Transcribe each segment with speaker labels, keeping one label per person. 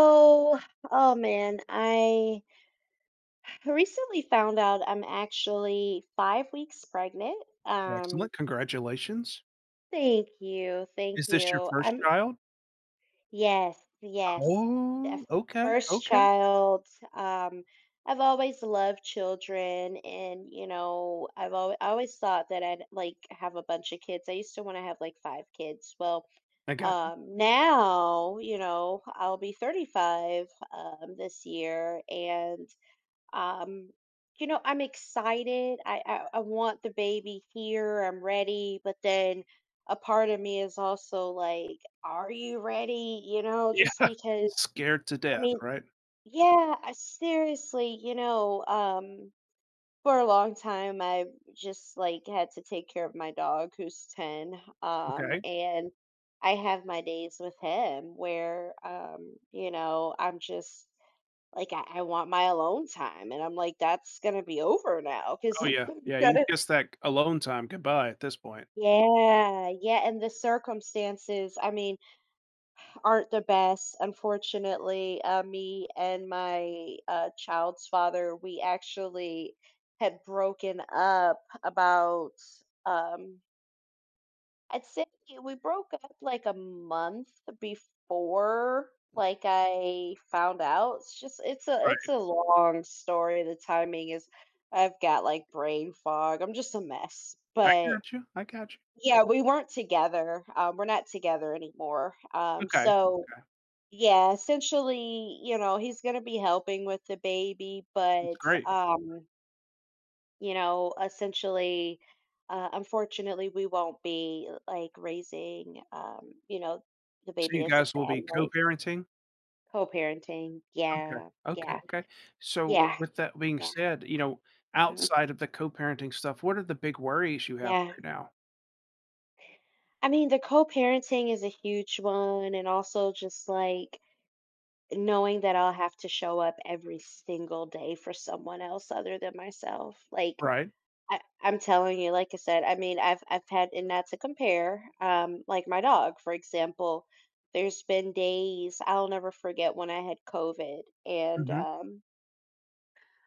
Speaker 1: Oh, oh man, I recently found out I'm actually 5 weeks pregnant.
Speaker 2: Excellent, congratulations.
Speaker 1: Thank you, thank
Speaker 2: Is this your
Speaker 1: you.
Speaker 2: first
Speaker 1: I'm
Speaker 2: child?
Speaker 1: yes, yes,
Speaker 2: Oh,
Speaker 1: def-
Speaker 2: okay,
Speaker 1: first
Speaker 2: okay,
Speaker 1: child. Um, I've always loved children, and I always thought that I'd like have a bunch of kids. I used to want to have like five kids. Well,
Speaker 2: I got you.
Speaker 1: now I'll be 35 this year, and um I'm excited. I want the baby here, I'm ready, but then a part of me is also like, are you ready?
Speaker 2: Yeah,
Speaker 1: Just because
Speaker 2: scared to
Speaker 1: i
Speaker 2: death,
Speaker 1: mean
Speaker 2: right?
Speaker 1: yeah, seriously, for a long time I just like had to take care of my dog, who's 10.
Speaker 2: Okay.
Speaker 1: And I have my days with him where, I'm just like, I want my alone time, and I'm like, "That's gonna be over now 'cause
Speaker 2: Oh,
Speaker 1: I'm
Speaker 2: yeah, yeah, you can
Speaker 1: gonna."
Speaker 2: kiss that alone time goodbye at this point.
Speaker 1: Yeah, yeah, and the circumstances, I mean, aren't the best. Unfortunately, me and my, child's father, we actually had broken up about, um I'd say we broke up like a month before, like, I found out. It's just it's
Speaker 2: Right,
Speaker 1: a long story. The timing is I've got like brain fog. I'm just a mess.
Speaker 2: I
Speaker 1: But
Speaker 2: I got you.
Speaker 1: yeah, we weren't together. We're not together anymore.
Speaker 2: Okay,
Speaker 1: So
Speaker 2: okay,
Speaker 1: yeah, essentially, you know, he's gonna be helping with the baby,
Speaker 2: that's
Speaker 1: but
Speaker 2: great.
Speaker 1: um you know, essentially, unfortunately, we won't be like raising, you know, the
Speaker 2: So
Speaker 1: baby
Speaker 2: you
Speaker 1: as a
Speaker 2: guys will be
Speaker 1: family,
Speaker 2: co-parenting?
Speaker 1: co-parenting.
Speaker 2: Okay,
Speaker 1: Yeah,
Speaker 2: okay,
Speaker 1: yeah,
Speaker 2: okay. So
Speaker 1: yeah,
Speaker 2: with that being
Speaker 1: yeah,
Speaker 2: said,
Speaker 1: mhm,
Speaker 2: outside of the co-parenting stuff, what are the big worries you have
Speaker 1: yeah.
Speaker 2: right now?
Speaker 1: I mean, the co-parenting is a huge one, and also just like knowing that I'll have to show up every single day for someone else other than myself. Like,
Speaker 2: Right.
Speaker 1: I'm telling you, like I said, I mean, I've had, and not to compare, like my dog, for example, there's been days I'll never forget when I had COVID, and
Speaker 2: Mhm,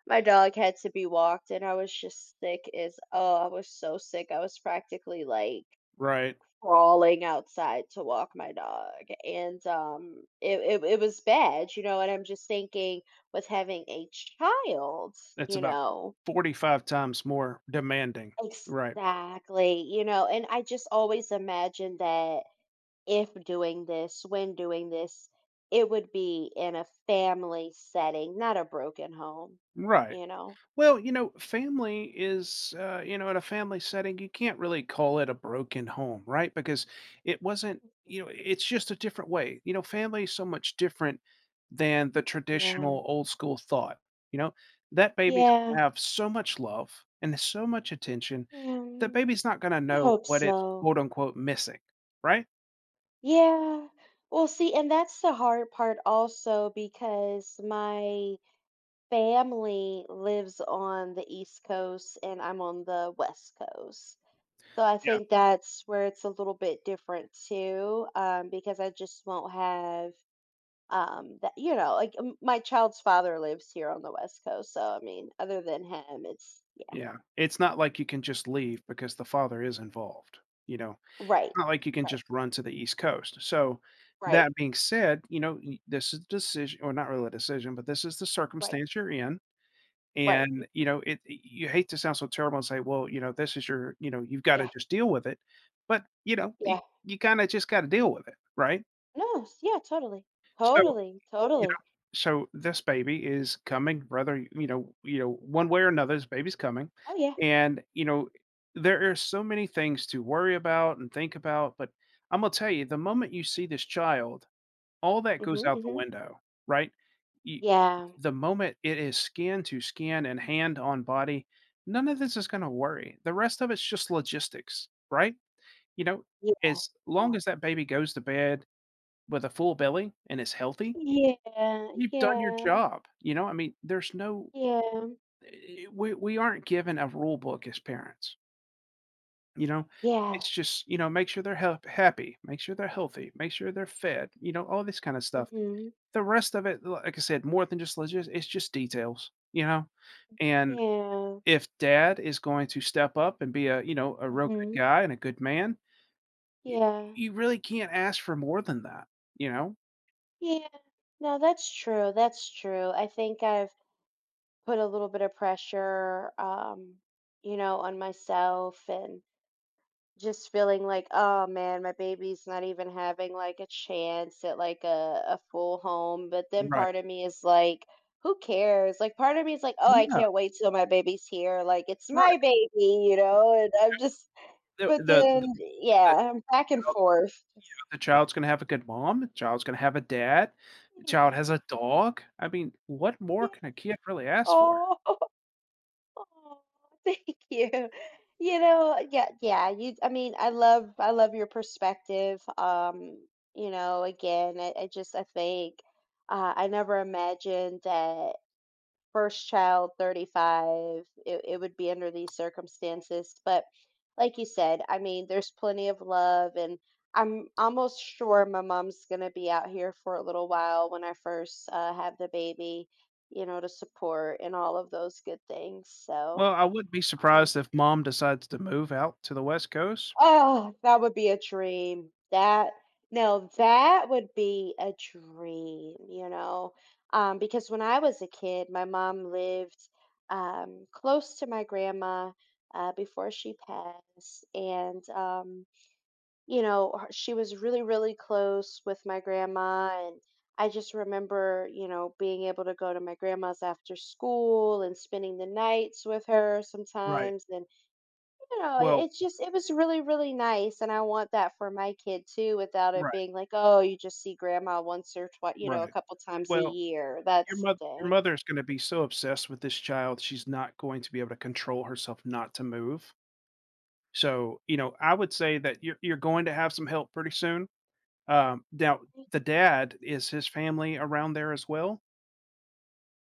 Speaker 1: my dog had to be walked, and I was just sick as, oh, I was so sick. I was practically like
Speaker 2: right.
Speaker 1: crawling outside to walk my dog. And it it was bad, you know, and I'm just thinking, with having a child,
Speaker 2: That's
Speaker 1: you
Speaker 2: about
Speaker 1: know,
Speaker 2: 45 times more demanding. Right.
Speaker 1: exactly, you know, and I just always imagined that if doing this, when doing this, it would be in a family setting, not a broken home,
Speaker 2: Right.
Speaker 1: you know?
Speaker 2: Well, you know, family is, you know, in a family setting, you can't really call it a broken home, right? Because it wasn't, you know, it's just a different way. You know, family is so much different than the
Speaker 1: Yeah,
Speaker 2: traditional old school thought. You know, that baby's
Speaker 1: yeah,
Speaker 2: going to have so much love and so much attention, the
Speaker 1: yeah.
Speaker 2: baby's not going to
Speaker 1: I
Speaker 2: know
Speaker 1: hope
Speaker 2: what it's
Speaker 1: so.
Speaker 2: quote unquote missing, right?
Speaker 1: Yeah. Well, see, and that's the hard part also because my family lives on the East Coast and I'm on the West Coast. So I think that's where it's a little bit different too, because I just won't have that. You know, like my child's father lives here on the West Coast, so I mean, other than him, it's yeah,
Speaker 2: Yeah, it's not like you can just leave because the father is involved, you know?
Speaker 1: right,
Speaker 2: It's not like you can
Speaker 1: right,
Speaker 2: just run to the East Coast. So,
Speaker 1: right,
Speaker 2: that being said, you know, y this is a decision, or not really a decision, but this is the
Speaker 1: right,
Speaker 2: circumstance you're in,
Speaker 1: right. Mm,
Speaker 2: and, you know, it you hate to sound so terrible and say, "Well, this is your you've gotta
Speaker 1: yeah,
Speaker 2: just deal with it," but, you know, y
Speaker 1: yeah.
Speaker 2: you kinda just gotta deal with it, right?
Speaker 1: No, yeah, totally,
Speaker 2: So
Speaker 1: totally,
Speaker 2: you
Speaker 1: totally.
Speaker 2: know, so this baby is coming, whether, one way or another, this baby's coming,
Speaker 1: Oh yeah.
Speaker 2: and, you know, there are so many things to worry about and think about, but I'm gonna tell you, the moment you see this child, all that goes
Speaker 1: Mhm.
Speaker 2: out the
Speaker 1: Mhm.
Speaker 2: window, right? You
Speaker 1: Yeah.
Speaker 2: The moment it is skin to skin and hand on body, none of this is gonna worry. The rest of it's just logistics, right? You know,
Speaker 1: Yeah.
Speaker 2: as long as that baby goes to bed with a full belly and is healthy,
Speaker 1: Yeah.
Speaker 2: you've done your
Speaker 1: Yeah.
Speaker 2: job, I mean, there's no
Speaker 1: Yeah.
Speaker 2: we aren't given a rule book as parents, you know?
Speaker 1: Yeah.
Speaker 2: It's just, you know, make sure they're happy, make sure they're healthy, make sure they're fed, you know, all this kinda stuff.
Speaker 1: Mhm.
Speaker 2: The rest of it, like I said, more than just logistics, it's just details, you know? And
Speaker 1: Yeah.
Speaker 2: if dad is going to step up and be a, you know, a real good
Speaker 1: Mhm.
Speaker 2: guy and a good man, y
Speaker 1: Yeah.
Speaker 2: you really can't ask for more than that, you know?
Speaker 1: Yeah, no, that's true. That's true. I think I've put a little bit of pressure, you know, on myself, and just feeling like, oh man, my baby's not even having like a chance at like a full home. But then
Speaker 2: Right.
Speaker 1: part of me is like, who cares? Like part of me is like, oh, I
Speaker 2: Yeah,
Speaker 1: can't wait till my baby's here. Like it's my
Speaker 2: right.
Speaker 1: baby, you know, and I'm just,
Speaker 2: The
Speaker 1: but
Speaker 2: the the
Speaker 1: then,
Speaker 2: the
Speaker 1: yeah, I'm
Speaker 2: the
Speaker 1: back and forth. Just,
Speaker 2: The child's gonna have a good mom, the child's gonna have a dad, the child has
Speaker 1: yes,
Speaker 2: a dog. I mean, what more
Speaker 1: yeah,
Speaker 2: can a kid really ask for?
Speaker 1: oh. Oh, thank you. You know, yeah, yeah, you I mean, I love your perspective. You know, again, I just I think I never imagined that first child 35 it would be under these circumstances, but like you said, I mean, there's plenty of love, and I'm almost sure my mom's gonna be out here for a little while when I first have the baby, you know, to support and all of those good things. So
Speaker 2: Well, I wouldn't be
Speaker 1: um,
Speaker 2: surprised if mom decides to move out to the West Coast.
Speaker 1: oh, that would be a dream. That no, that would be a dream, you know. Because when I was a kid, my mom lived close to my grandma before she passed, and you know, she was really really close with my grandma, and I just remember, you know, being able to go to my grandma's after school and spending the nights with her
Speaker 2: Right.
Speaker 1: sometimes, and you know,
Speaker 2: Well
Speaker 1: it's just it was really, really nice, and I want that for my kid too, without it
Speaker 2: right,
Speaker 1: being like, "Oh, you just see grandma once or twice, you know, a
Speaker 2: right.
Speaker 1: couple times a
Speaker 2: Well,
Speaker 1: year." That's the
Speaker 2: your
Speaker 1: thing.
Speaker 2: mother is gonna be so obsessed with this child, she's not going to be able to control herself not to move. So, you know, I would say that you're going to have some help pretty soon. Now the dad, is his family around there as well?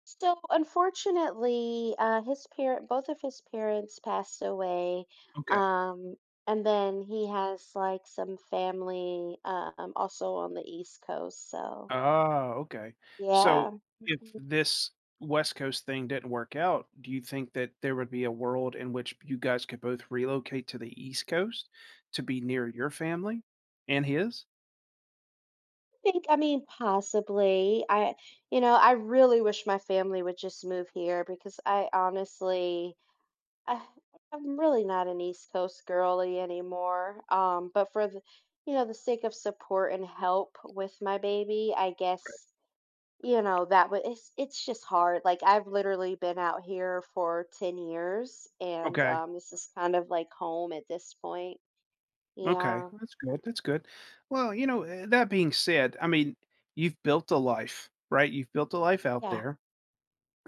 Speaker 1: So, unfortunately, his parent, both of his parents passed away.
Speaker 2: Okay.
Speaker 1: Um, and then he has like some family also on the East Coast. So,
Speaker 2: Ah, okay.
Speaker 1: yeah.
Speaker 2: So if
Speaker 1: Mhm.
Speaker 2: this West Coast thing didn't work out, do you think that there would be a world in which you guys could both relocate to the East Coast to be near your family and his?
Speaker 1: think I mean possibly. I You know, I really wish my family would just move here because I honestly I, I'm really not an East Coast girly anymore. Um, but for the you know, the sake of support and help with my baby, I guess that would it's just hard. Like I've literally been out here for 10 years, and
Speaker 2: Okay.
Speaker 1: this is kind of like home at this point.
Speaker 2: Okay.
Speaker 1: Yeah.
Speaker 2: That's good. That's good. Well, you know, that being said, I mean, you've built a life, right? You've built a life out
Speaker 1: Yeah.
Speaker 2: there.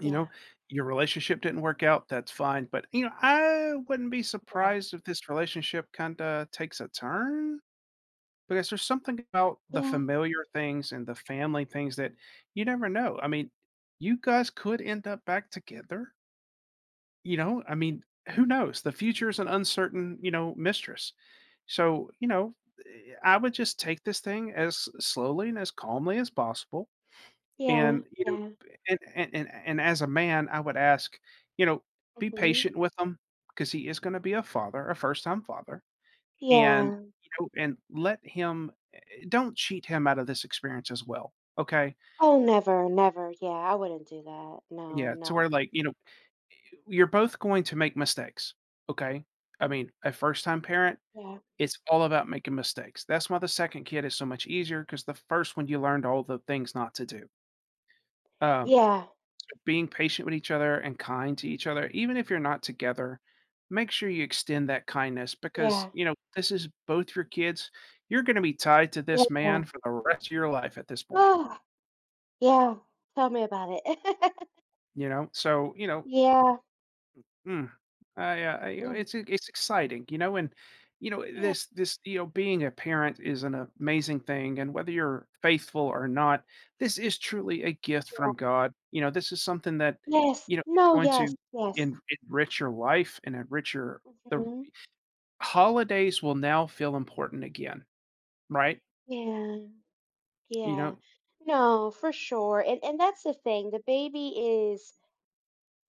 Speaker 2: You
Speaker 1: Yeah.
Speaker 2: know, your relationship didn't work out. That's fine. But, you know, I wouldn't be
Speaker 1: Yeah.
Speaker 2: surprised if this relationship kind of takes a turn. Because there's something about the
Speaker 1: Yeah.
Speaker 2: familiar things and the family things that you never know. I mean, you guys could end up back together, you know? I mean, who knows? The future is an uncertain, you know, mistress. So, you know, I would just take this thing as slowly and as calmly as possible.
Speaker 1: Yeah.
Speaker 2: And, you know,
Speaker 1: Yeah.
Speaker 2: and as a man, I would ask, you know, be
Speaker 1: Hmm.
Speaker 2: patient with him, because he is going to be a father, a first time father. And
Speaker 1: Yeah.
Speaker 2: you know, and let him, don't cheat him out of this experience as well. Okay.
Speaker 1: Oh, never, never. Yeah, I wouldn't do that. No,
Speaker 2: Yeah. To
Speaker 1: no.
Speaker 2: where like, you know, you're both going to make mistakes. Okay. I mean, a first time parent,
Speaker 1: Yeah.
Speaker 2: it's all about making mistakes. That's why the second kid is so much easier, because the first one you learned all the things not to do. Um,
Speaker 1: Yeah.
Speaker 2: so being patient with each other and kind to each other, even if you're not together, make sure you extend that kindness because,
Speaker 1: Yeah.
Speaker 2: you know, this is both your kids. You're going to be tied to
Speaker 1: Yeah.
Speaker 2: this man for the rest of your life at this point,
Speaker 1: Oh, yeah. Tell me about it.
Speaker 2: you know? So, you know,
Speaker 1: Yeah.
Speaker 2: mm. I You know,
Speaker 1: Mm.
Speaker 2: it's exciting, you know, and you know
Speaker 1: Yeah.
Speaker 2: this this you know being a parent is an amazing thing, and whether you're faithful or not, this is truly a gift
Speaker 1: Yeah.
Speaker 2: from God. You know, this is something that
Speaker 1: Yes.
Speaker 2: you know it's
Speaker 1: No,
Speaker 2: going
Speaker 1: yes.
Speaker 2: to
Speaker 1: Yes.
Speaker 2: enrich your life and enrich your the
Speaker 1: Mhm.
Speaker 2: holidays will now feel important again, right?
Speaker 1: Yeah.
Speaker 2: You
Speaker 1: Yeah.
Speaker 2: know,
Speaker 1: No, for sure. And that's the thing. The baby is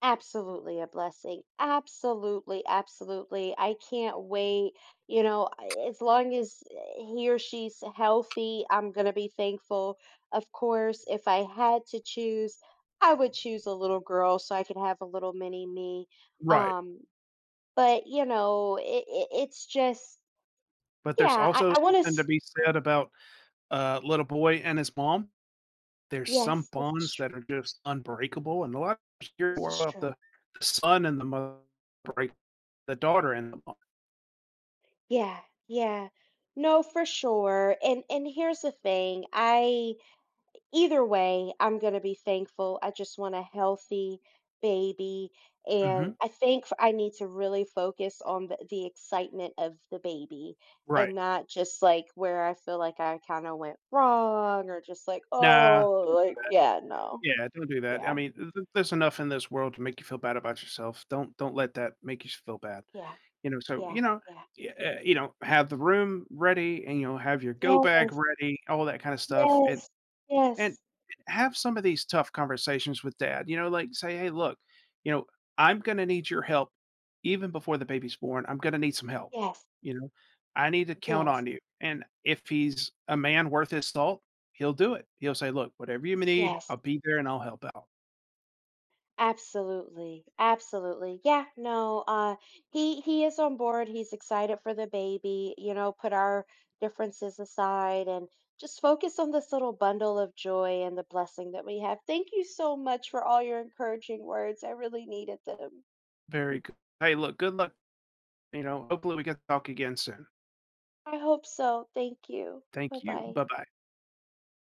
Speaker 1: absolutely a blessing. Absolutely, absolutely. I can't wait. You know, as long as he or she's healthy, I'm going to be thankful. Of course, if I had to choose, I would choose a little girl so I could have a little mini me.
Speaker 2: right.
Speaker 1: Um, but you know, it's just,
Speaker 2: But there's
Speaker 1: yeah,
Speaker 2: also
Speaker 1: I want to,
Speaker 2: something to be said about little boy and his mom. There's some
Speaker 1: yes, this is
Speaker 2: bonds
Speaker 1: true.
Speaker 2: that are just unbreakable, and a lot of hear
Speaker 1: This
Speaker 2: more
Speaker 1: is
Speaker 2: about
Speaker 1: true.
Speaker 2: the son and the mother break the daughter and the mom.
Speaker 1: Yeah, yeah. No, for sure. And here's the thing. I Either way, I'm going to be thankful. I just want a healthy baby. And
Speaker 2: Mhm.
Speaker 1: I think I need to really focus on the excitement of the baby,
Speaker 2: Right.
Speaker 1: and not just like where I feel like I kind of went wrong or just like,
Speaker 2: Nah.
Speaker 1: oh, like, yeah, no.
Speaker 2: Yeah, don't do that. I
Speaker 1: Yeah,
Speaker 2: mean, th th there's enough in this world to make you feel bad about yourself. Don't let that make you feel bad.
Speaker 1: yeah,
Speaker 2: You know, so,
Speaker 1: yeah, yeah,
Speaker 2: you know, have the room ready and, you know, have your
Speaker 1: yeah,
Speaker 2: go bag ready, all that kinda stuff. It.
Speaker 1: yes,
Speaker 2: And
Speaker 1: yes,
Speaker 2: have some of these tough conversations with dad, you know, like say, "Hey, look, you know, I'm gonna need your help even before the baby's born. I'm gonna need some help.
Speaker 1: yes,
Speaker 2: You know, I need to count
Speaker 1: yes,
Speaker 2: on you." And if he's a man worth his salt, he'll do it. He'll say, "Look, whatever you need,
Speaker 1: yes.
Speaker 2: I'll be there and I'll help out."
Speaker 1: Absolutely, absolutely. Yeah, no, uh, he is on board. He's excited for the baby, you know, put our differences aside and just focus on this little bundle of joy and the blessing that we have. Thank you so much for all your encouraging words. I really needed them.
Speaker 2: Very good. Hey, look, good luck. You know, hopefully we can talk again soon.
Speaker 1: I hope so. Thank you.
Speaker 2: Thank you.
Speaker 1: Bye-bye.
Speaker 2: Bye bye.